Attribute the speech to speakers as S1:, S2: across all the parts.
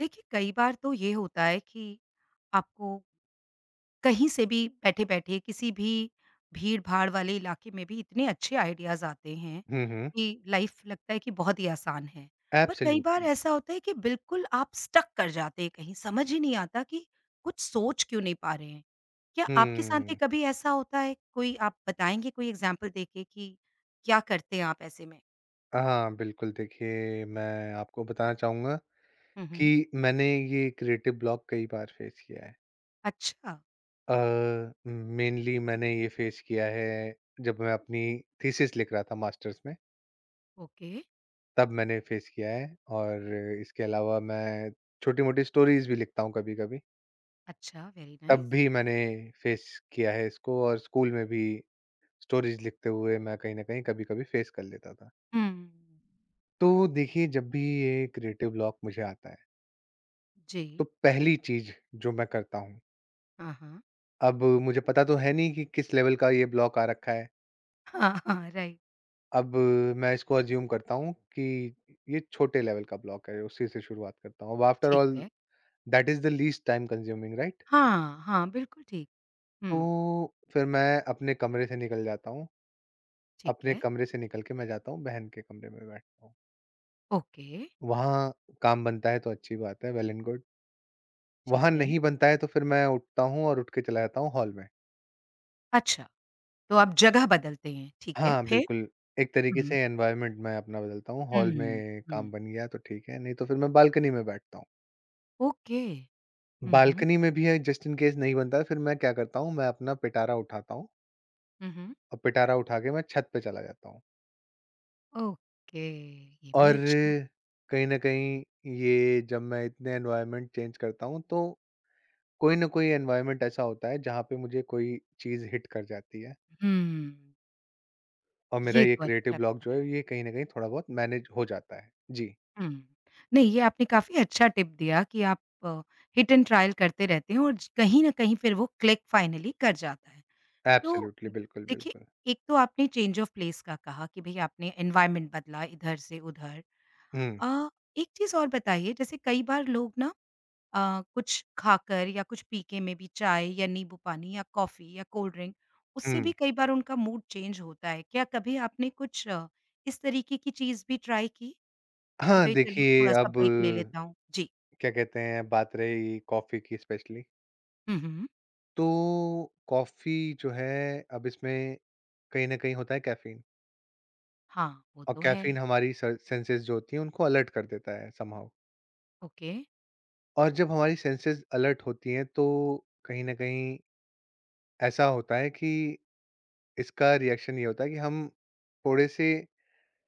S1: देखिए, कई बार तो ये होता है कि आपको कहीं से भी बैठे-बैठे किसी भी भीड़-भाड़ वाले इलाके में भी इतने अच्छे आइडियाज़ आते हैं
S2: हुँ, हुँ।
S1: कि लाइफ़ लगता है कि बहुत ही आसान है। पर कई बार
S2: एब्सोल्युटली।
S1: ऐसा होता है कि बिल्कुल आप स्टक कर जाते हैं कहीं, समझ ही नहीं आता कि कुछ सोच क्यों नहीं पा रहे हैं। क्या आपके साथ भी
S2: हुँ।
S1: कभी ऐसा होता है? कोई आप बताएँगे कोई एग्ज़ाम्पल देके कि क्या करते हैं आप ऐसे में?
S2: हाँ, बिल्कुल देखिए, मैं आपको बताना चाहूँगा
S1: हुँ, हुँ।
S2: कि मैंने ये क्रिएटिव ब्लॉक कई बार फेस किया है।
S1: अच्छा,
S2: अ, मेनली मैंने ये फेस किया है जब मैं अपनी थीसिस लिख रहा था मास्टर्स में,
S1: ओके।
S2: तब मैंने फेस किया है और इसके अलावा मैं छोटी-मोटी स्टोरीज़ भी लिखता हूँ कभी-कभी,
S1: अच्छा, वेरी
S2: तब
S1: नाइस।
S2: भी मैंने फेस किया है इसको और स्कूल में भी स्टोरीज़ लिखते हुए मैं कहीं न कहीं कभी-कभी फेस कर लेता था।
S1: हुँ।
S2: तो देखिए जब भी ये क्रिएटिव ब्लॉक मुझे आता है
S1: जी।
S2: तो पहली चीज जो मैं करता हूँ,
S1: हाँ, हाँ।
S2: अब मुझे पता तो है नहीं कि किस लेवल का ये ब्लॉक आ रखा है,
S1: हाँ, हाँ, राइट।
S2: अब मैं इसको अज्यूम करता हूँ कि ये छोटे लेवल का ब्लॉक है, उसी से शुरुआत करता हूँ। अब आफ्टर
S1: ठीक
S2: ऑल
S1: है।
S2: That is the least time consuming, right.
S1: हाँ, हाँ, बिल्कुल ठीक।
S2: तो
S1: हुँ,
S2: फिर मैं अपने कमरे से निकल जाता हूँ।
S1: ठीक
S2: अपने
S1: है।
S2: कमरे से निकल के मैं जाता हूँ बहन के कमरे में बैठता हूँ,
S1: ओके,
S2: वहाँ काम बनता है तो अच्छी बात है, वेल एंड गुड।
S1: ठीक
S2: वहाँ
S1: है।
S2: नहीं बनता है तो फिर मैं उठता हूँ और उठ के चला जाता हूँ हॉल में।
S1: अच्छा, तो आप जगह बदलते हैं, ठीक है,
S2: हाँ,
S1: फिर?
S2: बिल्कुल, एक तरीके से
S1: हुँ,
S2: एनवायरनमेंट मैं अपना बदलता हूँ, हॉल
S1: हुँ,
S2: में काम
S1: हुँ।
S2: बन गया तो ठीक है, नहीं तो फिर मैं बालकनी में बैठता हूँ।
S1: ओके। हुँ, हुँ,
S2: बालकनी में भी है जस्ट इन केस नहीं बनता है, फिर मैं क्या करता हूँ, मैं अपना पिटारा उठाता हूँ
S1: हुँ, हुँ।
S2: और पिटारा उठा के मैं छत पे चला जाता हूँ।
S1: ओके, ये भी
S2: और
S1: अच्छा है।
S2: कहीं न कहीं ये जब मैं इतने एनवायरनमेंट चेंज करता हूँ, तो कोई न कोई एनवायरनमेंट ऐसा होता है जहाँ पे मुझे कोई चीज़ हिट कर जाती है
S1: हुँ,
S2: और मेरा
S1: ये
S2: ये
S1: तो
S2: क्रिएटिव
S1: अच्छा
S2: ब्लॉक
S1: पता
S2: जो
S1: है।
S2: है, ये कहीं न कहीं थोड़ा बहुत मैनेज हो जाता है। जी,
S1: हुँ, नहीं ये आपने काफ़ी अच्छा टिप दिया कि आप हिट एंड ट्रायल करते रहते हैं और ज कहीं न कहीं फिर वो क्लिक फाइनली कर जाता है। तो
S2: एब्सोल्युटली बिल्कुल,
S1: देखिए,
S2: बिल्कुल।
S1: एक तो आपने चेंज ऑफ प्लेस का कहा कि भई आपने एनवायरनमेंट बदला इधर से उधर।
S2: हुँ,
S1: अ, एक चीज़ और बताइए जैसे कई बार लोग ना कुछ खाकर या कुछ पी के में भी चाय या नींबू पानी या कॉफ़ी या कोल्ड ड्रिंक उससे
S2: हुँ।
S1: भी कई बार उनका मूड चेंज होता है। क्या कभी आपने कुछ इस तरीके की चीज़ भी ट्राई की? कि
S2: हाँ,
S1: भई चलो
S2: देखिए
S1: थोड़ा-सा
S2: अब
S1: ब्रेक ले लेता हूँ? जी।
S2: क्या कहते हैं, बात रही कॉफ़ी की स्पेशली,
S1: हुँ, हुँ।
S2: तो कॉफ़ी जो है अब इसमें कहीं न कहीं होता है कैफ़ीन
S1: हाँ, वो
S2: और
S1: तो है।
S2: कैफ़ीन हमारी स सेंसेस जो होती हैं उनको अलर्ट कर देता है समहाउ।
S1: ओके।
S2: और जब हमारी सेंसेस अलर्ट होती हैं तो कहीं न कहीं ऐसा होता है कि इसका रिएक्शन ये होता है कि हम थोड़े-से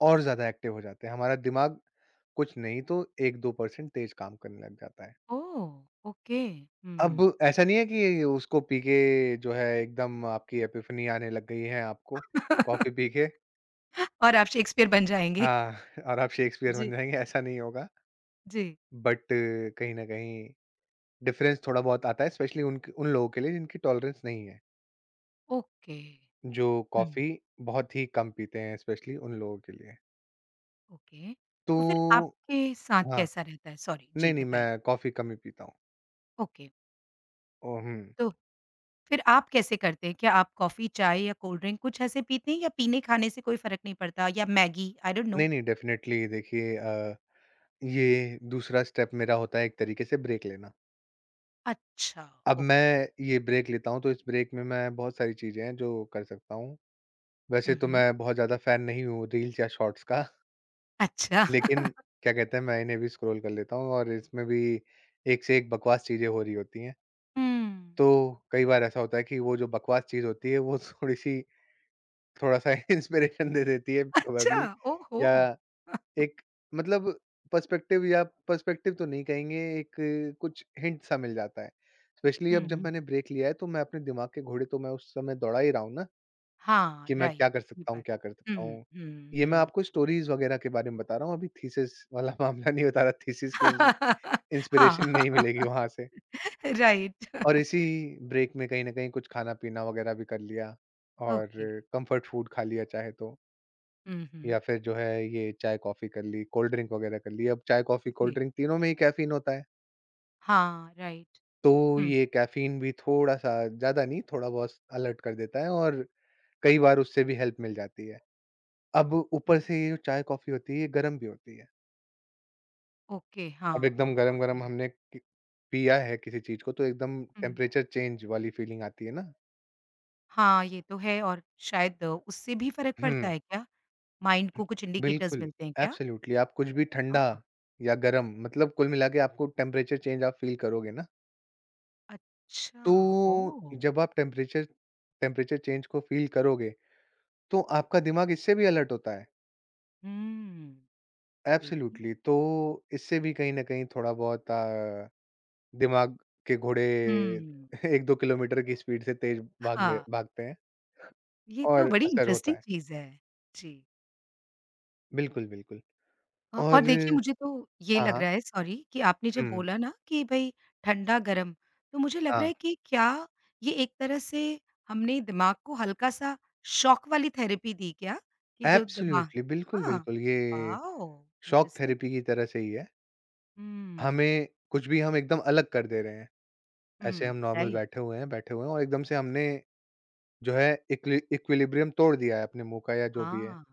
S2: और ज़्यादा एक्टिव हो जाते हैं। हमारा दिमाग कुछ नहीं तो 1-2 परसेंट तेज़ काम करने लग जाता है।
S1: ओह! ओके। हुँ।
S2: अब ऐसा नहीं है कि उसको पी के जो है एकदम आपकी एपिफनी आने लग गई है आपको, कॉफ़ी पी के
S1: और आप शेक्सपियर बन जाएँगे।
S2: हाँ, और आप शेक्सपियर बन
S1: जी,
S2: जाएँगे ऐसा नहीं होगा।
S1: जी।
S2: बट कहीं न कहीं डिफ़रेंस थोड़ा बहुत आता है स्पेशली उनक उन लोगों के लिए जिनकी टॉलरेंस नहीं है,
S1: ओके।
S2: जो कॉफ़ी
S1: हुँ,
S2: बहुत ही कम पीते हैं, स्पेशली उन लोगों के लिए।
S1: ओके। तो फिर
S2: तो
S1: आपके साथ
S2: हाँ,
S1: कैसा रहता है? सॉरी, जी
S2: नहीं, नहीं
S1: बताइए।
S2: मैं कॉफ़ी कम ही पीता हूँ।
S1: ओके,
S2: ओह! हुँ,
S1: तो फिर आप कैसे करते हैं? क्या आप कॉफ़ी, चाय या कोल्ड ड्रिंक कुछ ऐसे पीते हैं या पीने-खाने से कोई फ़र्क नहीं पड़ता या मैगी? I don't know.
S2: नहीं, नहीं डेफ़िनेटली देखिए, ये दूसरा स्टेप मेरा होता है, एक तरीके से ब्रेक लेना।
S1: अच्छा,
S2: अब
S1: ओके।
S2: मैं ये ब्रेक लेता हूँ, तो इस ब्रेक में मैं बहुत सारी चीज़ें हैं जो कर सकता हूँ। वैसे
S1: हुँ,
S2: तो
S1: हुँ।
S2: मैं बहुत ज़्यादा फ़ैन नहीं हूँ रील्स या शॉर्ट्स का,
S1: अच्छा।
S2: लेकिन क्या कहते हैं, मैं इन्हें भी स्क्रॉल कर लेता हूँ और इसमें भी एक से एक बकवास चीज़ें हो रही होती हैं।
S1: हुँ।
S2: तो कई बार ऐसा होता है कि वो जो बकवास चीज़ होती है, वो थोड़ी-सी थोड़ा-सा इंस्पिरेशन दे देती है
S1: अच्छा,
S2: प्रोबेबली
S1: ओहो!
S2: या एक मतलब पर्सपेक्टिव या पर्सपेक्टिव तो नहीं कहेंगे, एक कुछ हिंट सा मिल जाता है। स्पेशली अब जब
S1: हुँ,
S2: मैंने ब्रेक लिया है, तो मैं अपने दिमाग के घोड़े तो मैं उस समय दौड़ा ही रहा हूँ ना,
S1: हाँ,
S2: कि मैं क्या
S1: राइट,
S2: कर
S1: ये
S2: सकता हूँ,
S1: बात
S2: क्या कर
S1: हुँ,
S2: सकता हूँ।
S1: हुँ,
S2: ये मैं
S1: हुँ।
S2: आपको स्टोरीज़ वगैरह के बारे में बता रहा हूँ, अभी थीसिस वाला मामला नहीं बता रहा, थीसिस की
S1: हाँ,
S2: इंस्पिरेशन नहीं मिलेगी वहाँ से।
S1: राइट
S2: और इसी ब्रेक में कहीं न कहीं कुछ खाना-पीना वगैरह भी कर लिया और
S1: ओके।
S2: कम्फर्ट फूड खा लिया चाहे तो।
S1: हुँ, हुँ।
S2: या फिर जो है ये चाय-कॉफ़ी कर ली, कोल्ड ड्रिंक वगैरह कर ली। अब चाय-कॉफ़ी, कोल्ड
S1: जी,
S2: ड्रिंक तीनों में ही कैफ़ीन होता है।
S1: हाँ, राइट।
S2: तो
S1: हुँ,
S2: ये कैफ़ीन भी थोड़ा-सा ज़्यादा नहीं थोड़ा-बहुत अलर्ट कर देता है और कई बार उससे भी हेल्प मिल जाती है। अब ऊपर
S1: हुँ,
S2: से ये जो चाय-कॉफ़ी होती है ये गरम भी होती है।
S1: ओके, हाँ,
S2: अब एकदम
S1: हाँ, हाँ, हुँ।
S2: गरम-गरम
S1: राइट।
S2: हमने कि पिया है किसी चीज़ को तो एकदम
S1: हुँ,
S2: टेम्परेचर चेंज वाली फ़ीलिंग आती है ना।
S1: हाँ, ये तो है और शायद उससे भी फ़र्क पड़ता
S2: हुँ,
S1: है क्या? माइंड को कुछ इंडिकेटर्स
S2: बिल्कुल।
S1: मिलते हैं क्या?
S2: एब्सोल्यूटली आप कुछ भी ठंडा
S1: ओह!
S2: या गरम मतलब कुल मिला के आपको टेम्परेचर चेंज आप फ़ील करोगे ना।
S1: अच्छा,
S2: तो
S1: ओह!
S2: जब आप टेम्परेचर टेम्परेचर चेंज को फ़ील करोगे, तो आपका दिमाग इससे भी अलर्ट होता है।
S1: हुँ, ये भी है।
S2: एब्सोल्यूटली तो इससे भी कहीं न कहीं थोड़ा-बहुत दिमाग के घोड़े
S1: हुँ,
S2: 1-2 किलोमीटर की स्पीड से तेज़ भागने
S1: हाँ,
S2: भागते हैं
S1: ये तो
S2: और
S1: बड़ी
S2: असर होता
S1: इंटरेस्टिंग
S2: है।
S1: चीज़ है। जी।
S2: बिल्कुल, बिल्कुल
S1: और
S2: और
S1: देखिए मुझे तो ये
S2: हाँ,
S1: लग
S2: हाँ।
S1: रहा है सॉरी कि आपने जब
S2: हुँ,
S1: बोला ना कि भई ठंडा-गरम, तो मुझे लग रहा
S2: हाँ।
S1: है कि क्या ये एक तरह से हमने दिमाग को हल्का-सा शॉक वाली थेरेपी दी क्या? कि जो दिमाग
S2: एब्सोल्यूटली बिल्कुल,
S1: हाँ,
S2: बिल्कुल ये
S1: वाओ!
S2: Shock
S1: interesting.
S2: थेरेपी की तरह से ही है।
S1: हुँ,
S2: हमें कुछ भी हम एकदम अलग कर दे रहे हैं। ऐसे हम
S1: हुँ,
S2: नॉर्मल
S1: राइट।
S2: बैठे हुए हैं और एकदम से हमने जो है इक्विलिब्रियम तोड़ दिया है अपने मुँह का या जो भी है,
S1: हाँ,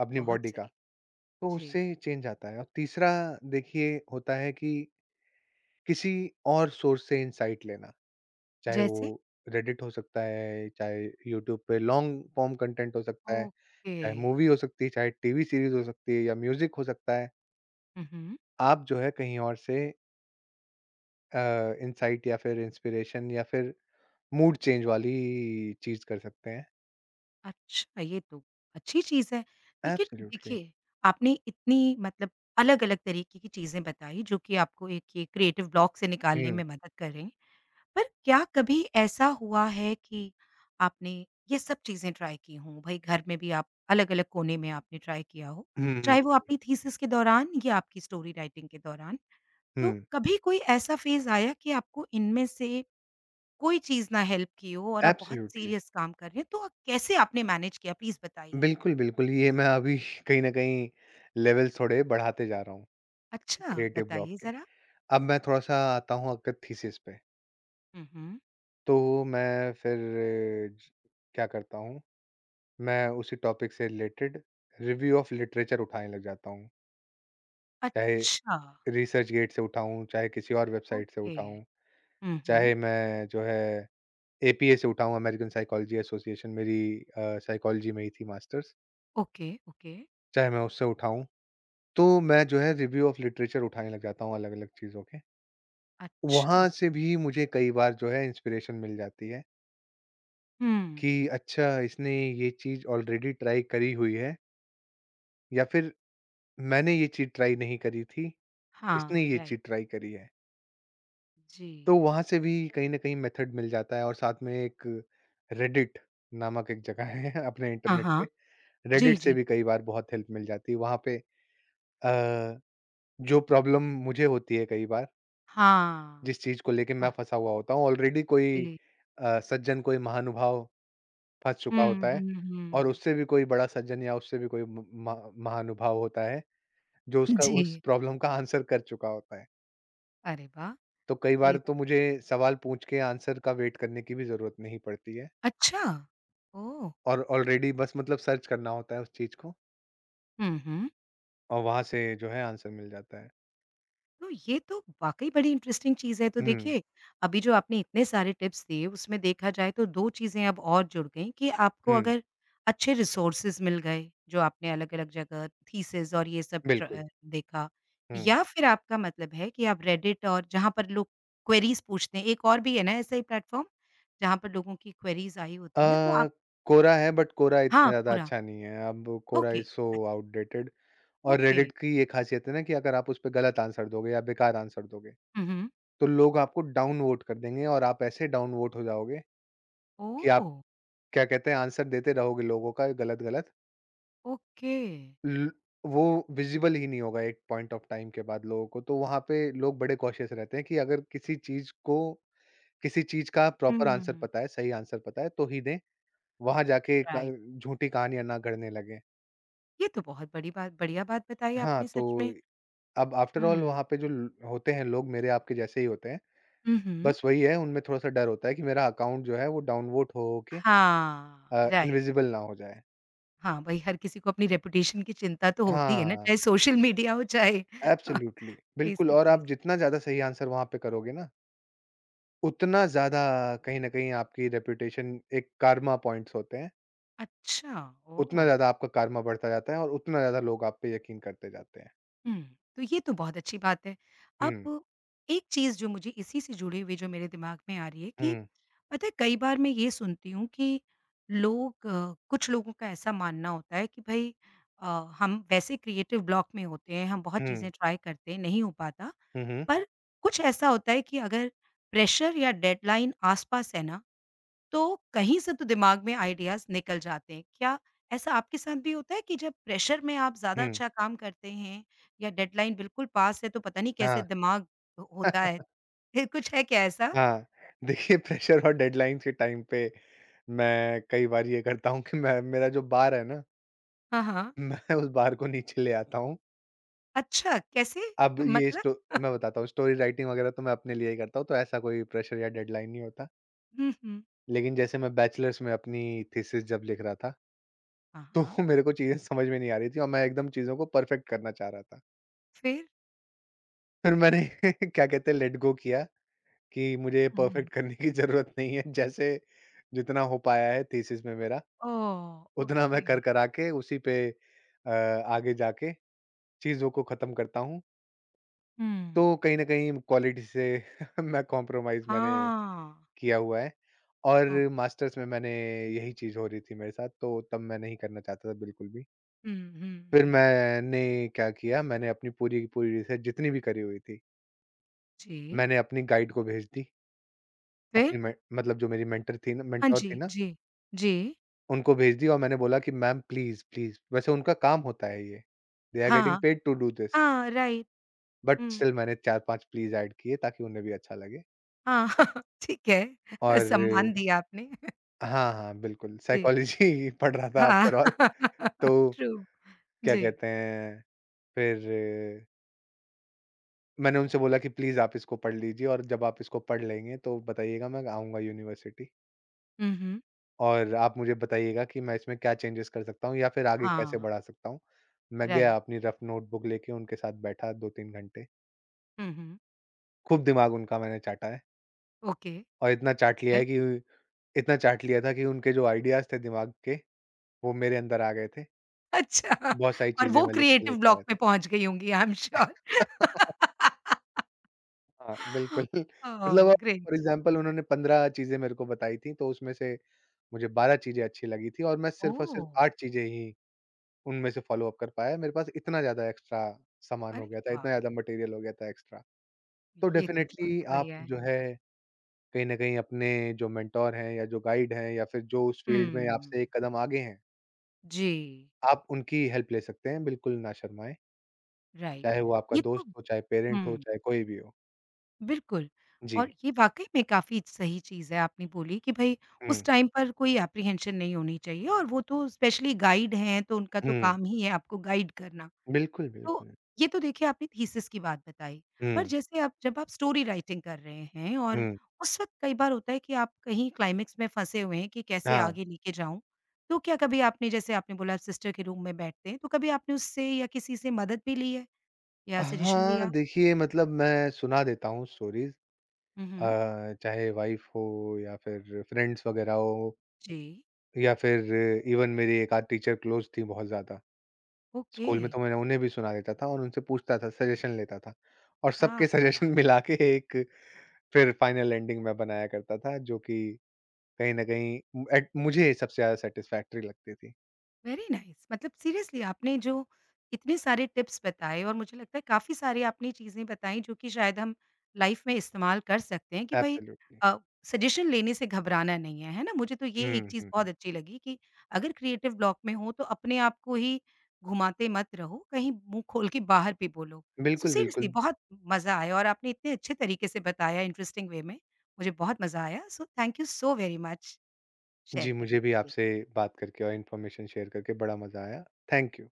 S2: अपनी
S1: बहुत
S2: बॉडी का,
S1: सही।
S2: तो
S1: जी,
S2: उससे चेंज आता है। और तीसरा देखिए होता है कि किसी और सोर्स से इनसाइट लेना, चाहे
S1: जैसे?
S2: वो रेडिट हो सकता है, चाहे यूट्यूब पे लॉन्ग फॉर्म कंटेंट हो सकता है,
S1: ओके।
S2: चाहे मूवी हो सकती है, चाहे टीवी सीरीज़ हो सकती है या म्यूज़िक हो सकता है।
S1: हुँ, हुँ।
S2: आप जो है कहीं और से अ, इनसाइट या फिर इंस्पिरेशन या फिर मूड चेंज वाली चीज़ कर सकते हैं।
S1: अच्छा, ये तो अच्छी चीज़ है। लेकिन
S2: एब्सोल्युटली।
S1: देखिए, आपने इतनी मतलब अलग-अलग तरीके की चीज़ें बताई जो कि आपको एक ये क्रिएटिव ब्लॉक से निकालने
S2: हुँ।
S1: में मदद कर रही हैं। पर क्या कभी ऐसा हुआ है कि आपने ये सब चीज़ें ट्राई की हों? भई घर में भी आप अलग-अलग कोने में आपने ट्राई किया हो,
S2: हुँ, हुँ,
S1: चाहे वो आपकी थीसिस के दौरान या आपकी स्टोरी राइटिंग के दौरान। तो
S2: हुँ।
S1: कभी कोई ऐसा फ़ेज़ आया कि आपको इनमें से कोई चीज़ ना हेल्प की हो और आप बहुत
S2: एब्सोल्युटली।
S1: सीरियस काम कर रहे हैं, तो कैसे आपने मैनेज किया प्लीज़ बताइए?
S2: बिल्कुल, बिल्कुल, ये मैं अभी कहीं न कहीं लेवल थोड़े बढ़ाते जा रहा हूँ,
S1: अच्छा,
S2: क्रिएटिव ब्लॉक
S1: बताइए
S2: के।
S1: ज़रा?
S2: अब मैं थोड़ा-सा आता हूँ अगर थीसिस पे,
S1: हुँ, हुँ।
S2: तो मैं फिर ज क्या करता हूँ, मैं उसी टॉपिक से रिलेटेड रिव्यू ऑफ लिटरेचर उठाने लग जाता हूँ। चाहे
S1: अच्छा,
S2: रिसर्चगेट से उठाऊँ, चाहे किसी और वेबसाइट से
S1: ओके।
S2: उठाऊँ,
S1: हुँ, हुँ।
S2: चाहे मैं जो है एपीए से उठाऊँ, अमेरिकन साइकोलॉजी एसोसिएशन मेरी साइकोलॉजी में ही थी मास्टर्स,
S1: ओके, ओके।
S2: चाहे मैं उससे उठाऊँ। तो मैं जो है रिव्यू ऑफ लिटरेचर उठाने लग जाता हूँ अलग-अलग चीज़ों के।
S1: अच्छा।
S2: वहाँ से भी मुझे कई बार जो है इंस्पिरेशन मिल जाती है
S1: हुँ।
S2: कि अच्छा इसने ये चीज़ ऑलरेडी ट्राई करी हुई है या फिर मैंने ये चीज़ ट्राई नहीं करी थी, इसने
S1: हाँ,
S2: ये
S1: राइट।
S2: चीज़ ट्राई करी है।
S1: जी।
S2: तो वहाँ से भी कहीं न कहीं मेथड मिल जाता है और साथ में एक रेडिट नामक एक जगह है अपने
S1: हाँ,
S2: इंटरनेट पे,
S1: हाँ। जी,
S2: रेडिट से
S1: जी।
S2: भी कई बार बहुत हेल्प मिल जाती है। वहाँ पे अ, जो प्रॉब्लम मुझे होती है कई बार
S1: हाँ।
S2: जिस चीज़ को लेके मैं
S1: वाह!
S2: फँसा हुआ होता हूँ, ऑलरेडी कोई
S1: जी।
S2: सज्जन, कोई महानुभाव फँस चुका
S1: हुँ,
S2: होता है
S1: हुँ,
S2: और
S1: हुँ।
S2: उससे भी कोई बड़ा सज्जन या उससे भी कोई म महानुभाव होता है, जो उसका उस
S1: जी।
S2: प्रॉब्लम का आंसर कर चुका होता है।
S1: अरे वाह!
S2: तो कई बार
S1: ये
S2: तो मुझे सवाल पूछ के आंसर का वेट करने की भी ज़रूरत नहीं पड़ती है
S1: अच्छा। ओह!
S2: और ऑलरेडी बस मतलब सर्च करना होता है उस चीज़ को
S1: हुँ, हुँ।
S2: और वहाँ से जो है आंसर मिल जाता है।
S1: तो ये तो वाक़ई बड़ी इंटरेस्टिंग चीज़ है। तो
S2: हुँ,
S1: देखिए, अभी जो आपने इतने सारे टिप्स दिए उसमें देखा जाए तो 2 चीज़ें अब और जुड़ गई कि आपको
S2: हुँ,
S1: अगर अच्छे रिसोर्सेज़ मिल गए, जो आपने अलग-अलग जगह थीसिस और ये सब ट्र
S2: बिल्कुल,
S1: देखा
S2: हुँ।
S1: या फिर आपका मतलब है कि आप रेडिट और जहाँ पर लोग क्वेरीज़ पूछते हैं, एक और भी है ना ऐसा ही प्लेटफ़ॉर्म? जहाँ पर लोगों की क्वेरीज़ आई
S2: अ,
S1: होती हैं तो आप
S2: कोरा है बट कोरा इतना
S1: हाँ,
S2: ज़्यादा
S1: कोरा।
S2: अच्छा नहीं है, अब कोरा
S1: ओके,
S2: इज़ सो
S1: अच्छा
S2: आउटडेटेड। और
S1: ओके।
S2: रेडिट की ये खासियत है ना कि अगर आप उस पे गलत आंसर दोगे या बेकार आंसर दोगे,
S1: हुँ, हुँ।
S2: तो लोग आपको डाउन वोट कर देंगे और आप ऐसे डाउन वोट हो जाओगे कि
S1: ओह!
S2: आप क्या कहते हैं आंसर देते रहोगे लोगों का गलत-गलत।
S1: ओके।
S2: ल वो विज़िबल ही नहीं होगा एक पॉइंट ऑफ टाइम के बाद लोगों को, तो वहाँ पे लोग बड़े कॉशियस रहते हैं कि अगर किसी चीज़ को किसी चीज़ का
S1: हुँ,
S2: प्रॉपर
S1: हुँ,
S2: आंसर
S1: हुँ।
S2: पता है, सही आंसर पता है तो ही दें, वहाँ जाके क
S1: राइट।
S2: झूठी कहानियाँ ना गढ़ने लगें।
S1: ये तो बहुत बड़ी बात बढ़िया बात बताई
S2: हाँ,
S1: आपने सच
S2: तो
S1: में।
S2: अब आफ्टर ऑल
S1: हुँ।
S2: वहाँ पे जो ल होते हैं लोग मेरे आपके जैसे ही होते हैं।
S1: हुँ, हुँ।
S2: बस वही है, उनमें थोड़ा-सा डर होता है कि मेरा अकाउंट जो है वो डाउनवोट हो के
S1: हाँ, राइट।
S2: इनविजिबल ना हो जाए।
S1: हाँ, भई हर किसी को अपनी रेपुटेशन की चिंता तो होती है ना,
S2: हाँ,
S1: चाहे सोशल मीडिया हो, चाहे
S2: एब्सोल्यूटली,
S1: फेस
S2: बिल्कुल
S1: टू
S2: और
S1: फेस।
S2: आप जितना ज़्यादा सही आंसर वहाँ पे करोगे ना, उतना ज़्यादा कहीं न कहीं आपकी रेपुटेशन, एक कारमा पॉइंट्स होते हैं,
S1: अच्छा,
S2: उतना
S1: ओह!
S2: ज़्यादा आपका कारमा बढ़ता जाता है और उतना ज़्यादा लोग आप पे यकीन करते जाते हैं।
S1: हुँ, तो ये तो बहुत अच्छी बात है।
S2: हुँ,
S1: अब एक चीज़ जो मुझे इसी से जुड़ी हुई जो मेरे दिमाग में आ रही है कि
S2: हुँ,
S1: पता है कई बार मैं ये सुनती हूँ कि लोग कुछ लोगों का ऐसा मानना होता है कि भई अ, हम वैसे क्रिएटिव ब्लॉक में होते हैं, हम बहुत
S2: हुँ,
S1: चीज़ें ट्राई करते हैं, नहीं हो पाता।
S2: हुँ, हुँ,
S1: पर कुछ ऐसा होता है कि अगर प्रेशर या डेडलाइन आस-पास है ना, तो कहीं से तो दिमाग में आइडियाज़ निकल जाते हैं। क्या ऐसा आपके साथ भी होता है कि जब प्रेशर में आप ज़्यादा
S2: हुँ,
S1: अच्छा काम करते हैं या डेडलाइन बिल्कुल पास है तो पता नहीं कैसे
S2: हाँ।
S1: दिमाग हो होता है? फिर कुछ है क्या ऐसा?
S2: हाँ, देखिए प्रेशर और डेडलाइन्स के टाइम पे मैं कई बार ये करता हूँ कि मैं मेरा जो बार है ना,
S1: हाँ, हाँ।
S2: मैं उस बार को नीचे ले आता हूँ।
S1: अच्छा कैसे?
S2: अब ये
S1: मतलब?
S2: स्टो मैं बताता हूँ, स्टोरी राइटिंग वगैरह तो मैं अपने लिए ही करता हूँ, तो ऐसा कोई प्रेशर या डेडलाइन नहीं होता।
S1: हुँ, हुँ।
S2: लेकिन जैसे मैं बैचलर्स में अपनी थीसिस जब लिख रहा था,
S1: हाँ,
S2: तो
S1: हाँ।
S2: मेरे को चीज़ें समझ में नहीं आ रही थी और मैं एकदम चीज़ों को परफेक्ट करना चाह रहा था।
S1: फिर?
S2: फिर मैंने क्या कहते हैं लेट गो किया कि मुझे
S1: हुँ।
S2: परफेक्ट करने की ज़रूरत नहीं है। जैसे जितना हो पाया है थीसिस में मेरा,
S1: ओह!
S2: उतना मैं
S1: ओके।
S2: कर-करा के उसी पे अ, आगे जाके चीज़ों को ख़त्म करता हूँ। तो
S1: हुँ।
S2: कहीं न कहीं क्वालिटी से मैं कॉम्प्रोमाइज़ मैंने
S1: हाँ।
S2: किया हुआ है और
S1: ओ
S2: मास्टर्स में मैंने यही चीज़ हो रही थी मेरे साथ, तो तब मैं नहीं करना चाहता था बिल्कुल भी।
S1: हुँ, हुँ,
S2: फिर
S1: हुँ।
S2: मैंने क्या किया, मैंने अपनी पूरी की पूरी रिसर्च जितनी भी करी हुई थी,
S1: जी।
S2: मैंने अपनी गाइड को भेज दी। अपनी
S1: फिर?
S2: मे मतलब जो मेरी मेंटर थी ना,
S1: हाँ
S2: मेंटोर थी
S1: जी,
S2: ना,
S1: जी। जी।
S2: उनको भेज दी और मैंने बोला कि मैम प्लीज़, प्लीज़ वैसे उनका काम होता है ये, दे आर गेटिंग
S1: हाँ।
S2: पेड टू डू दिस
S1: हाँ, राइट।
S2: बट
S1: हुँ।
S2: स्टिल मैंने 4-5 प्लीज़ ऐड किए ताकि उन्हें भी अच्छा लगे
S1: हाँ, ठीक है।
S2: और
S1: सम्मान दिया आपने।
S2: हाँ, हाँ, बिल्कुल,
S1: जी,
S2: साइकोलॉजी पढ़ रहा था
S1: हाँ।
S2: आफ्टर ऑल, तो
S1: ट्रू,
S2: क्या
S1: जी।
S2: कहते हैं, फिर मैंने उनसे बोला कि प्लीज़ आप इसको पढ़ लीजिए और जब आप इसको पढ़ लेंगे तो बताइएगा, मैं आऊँगा यूनिवर्सिटी
S1: हुँ, हुँ।
S2: और आप मुझे बताइएगा कि मैं इसमें क्या चेंजेज़ कर सकता हूँ या फिर आगे कैसे
S1: हाँ,
S2: बढ़ा सकता हूँ। मैं गया
S1: राइट।
S2: अपनी रफ़ नोटबुक लेके उनके साथ बैठा 2-3 घंटे,
S1: हुँ, हुँ।
S2: खूब दिमाग उनका मैंने चाटा है
S1: ओके,
S2: और इतना चाट लिया है
S1: फिर?
S2: कि इतना चाट लिया था कि उनके जो आइडियाज़ थे दिमाग के, वो मेरे अंदर आ गए थे।
S1: अच्छा
S2: बहुत सारी
S1: और
S2: चीज़ें
S1: वो
S2: मैं लिख के
S1: क्रिएटिव
S2: लेके आया
S1: ब्लॉक
S2: था।
S1: में पहुँच गई होंगी आई एम श्योर।
S2: हाँ, बिल्कुल
S1: ओह!
S2: मतलब अब फॉर
S1: ग्रेट।
S2: एग्ज़ाम्पल उन्होंने 15 चीज़ें मेरे को बताई थी, तो उसमें से मुझे 12 चीज़ें अच्छी लगी थी और मैं सिर्फ़ और सिर्फ़
S1: ओह!
S2: 8 चीज़ें ही उनमें से फ़ॉलो-अप कर पाया। मेरे पास इतना ज़्यादा एक्स्ट्रा सामान हो
S1: अरे
S2: गया था, इतना
S1: वाह!
S2: ज़्यादा मटेरियल हो गया था एक्स्ट्रा। तो
S1: ये तो बहुत
S2: डेफ़िनेटली
S1: ही
S2: आप
S1: बढ़िया है।
S2: जो है कहीं न कहीं अपने जो मेंटर हैं या जो गाइड हैं या फिर जो उस फ़ील्ड में
S1: हुँ,
S2: आपसे एक कदम आगे हैं,
S1: जी,
S2: आप उनकी हेल्प ले सकते हैं, बिल्कुल ना शर्माएँ। चाहे
S1: राइट।
S2: वो आपका
S1: ये तो
S2: दोस्त हो, चाहे पेरेंट हो,
S1: हुँ।
S2: चाहे कोई भी हो।
S1: बिल्कुल,
S2: जी।
S1: और ये वाक़ई में काफ़ी सही चीज़ है आपने बोली कि भई उस
S2: हुँ।
S1: टाइम पर कोई एप्रीहेंशन नहीं होनी चाहिए और वो तो स्पेशली गाइड हैं, तो उनका तो
S2: हुँ।
S1: काम ही है आपको गाइड करना।
S2: बिल्कुल,
S1: तो
S2: बिल्कुल।
S1: ये तो देखिए आपने थीसिस की बात बताई, पर
S2: हुँ,
S1: जैसे आप जब आप स्टोरी राइटिंग कर रहे हैं और
S2: हुँ।
S1: उस वक़्त कई बार होता है कि आप कहीं क्लाइमेक्स में फँसे हुए हैं कि कैसे
S2: हाँ।
S1: आगे लेके जाऊँ? तो क्या कभी आपने जैसे आपने बोला आप सिस्टर के रूम में बैठते हैं, तो कभी आपने उससे या किसी से मदद भी ली है या सजेशन
S2: हाँ,
S1: लिया?
S2: देखिए मतलब मैं सुना देता हूँ स्टोरीज़,
S1: हुँ, हुँ।
S2: चाहे वाइफ़ हो या फिर फ्रेंड्स वग़ैरह हो
S1: जी,
S2: या फिर इवन मेरी एक आध टीचर क्लोज़ थी बहुत ज़्यादा।
S1: ओके।
S2: स्कूल में तो मैं उन्हें भी सुना देता था और उनसे पूछता था, सजेशन लेता था और सबके
S1: आहा!
S2: सजेशन मिला के एक फिर फाइनल एंडिंग मैं बनाया करता था जो कि कहीं न कहीं एट मुझे सबसे ज़्यादा सैटिस्फैक्टरी लगती थी।
S1: वेरी नाइस मतलब सीरियसली आपने जो इतने सारे टिप्स बताए और मुझे लगता है काफ़ी सारी आपने चीज़ें बताई जो कि शायद हम लाइफ में इस्तेमाल कर सकते हैं कि भई
S2: एब्सोल्यूटली।
S1: अ, सजेशन लेने से घबराना नहीं है, है ना? मुझे तो ये
S2: हुँ,
S1: एक चीज़
S2: हुँ, हुँ।
S1: बहुत अच्छी लगी कि अगर क्रिएटिव ब्लॉक में हो तो अपने आप को ही घुमाते मत रहो, कहीं मुँह खोल के बाहर भी बोलो। सो
S2: बिल्कुल,
S1: सीरियसली
S2: बिल्कुल।
S1: बहुत मज़ा आया और आपने इतने अच्छे तरीके से बताया इंटरेस्टिंग वे में, मुझे बहुत मज़ा आया। So thank you so very much share
S2: जी,
S1: करने
S2: मुझे भी
S1: के लिए।
S2: आपसे बात करके और इन्फॉर्मेशन शेयर करके बड़ा मज़ा आया। Thank you.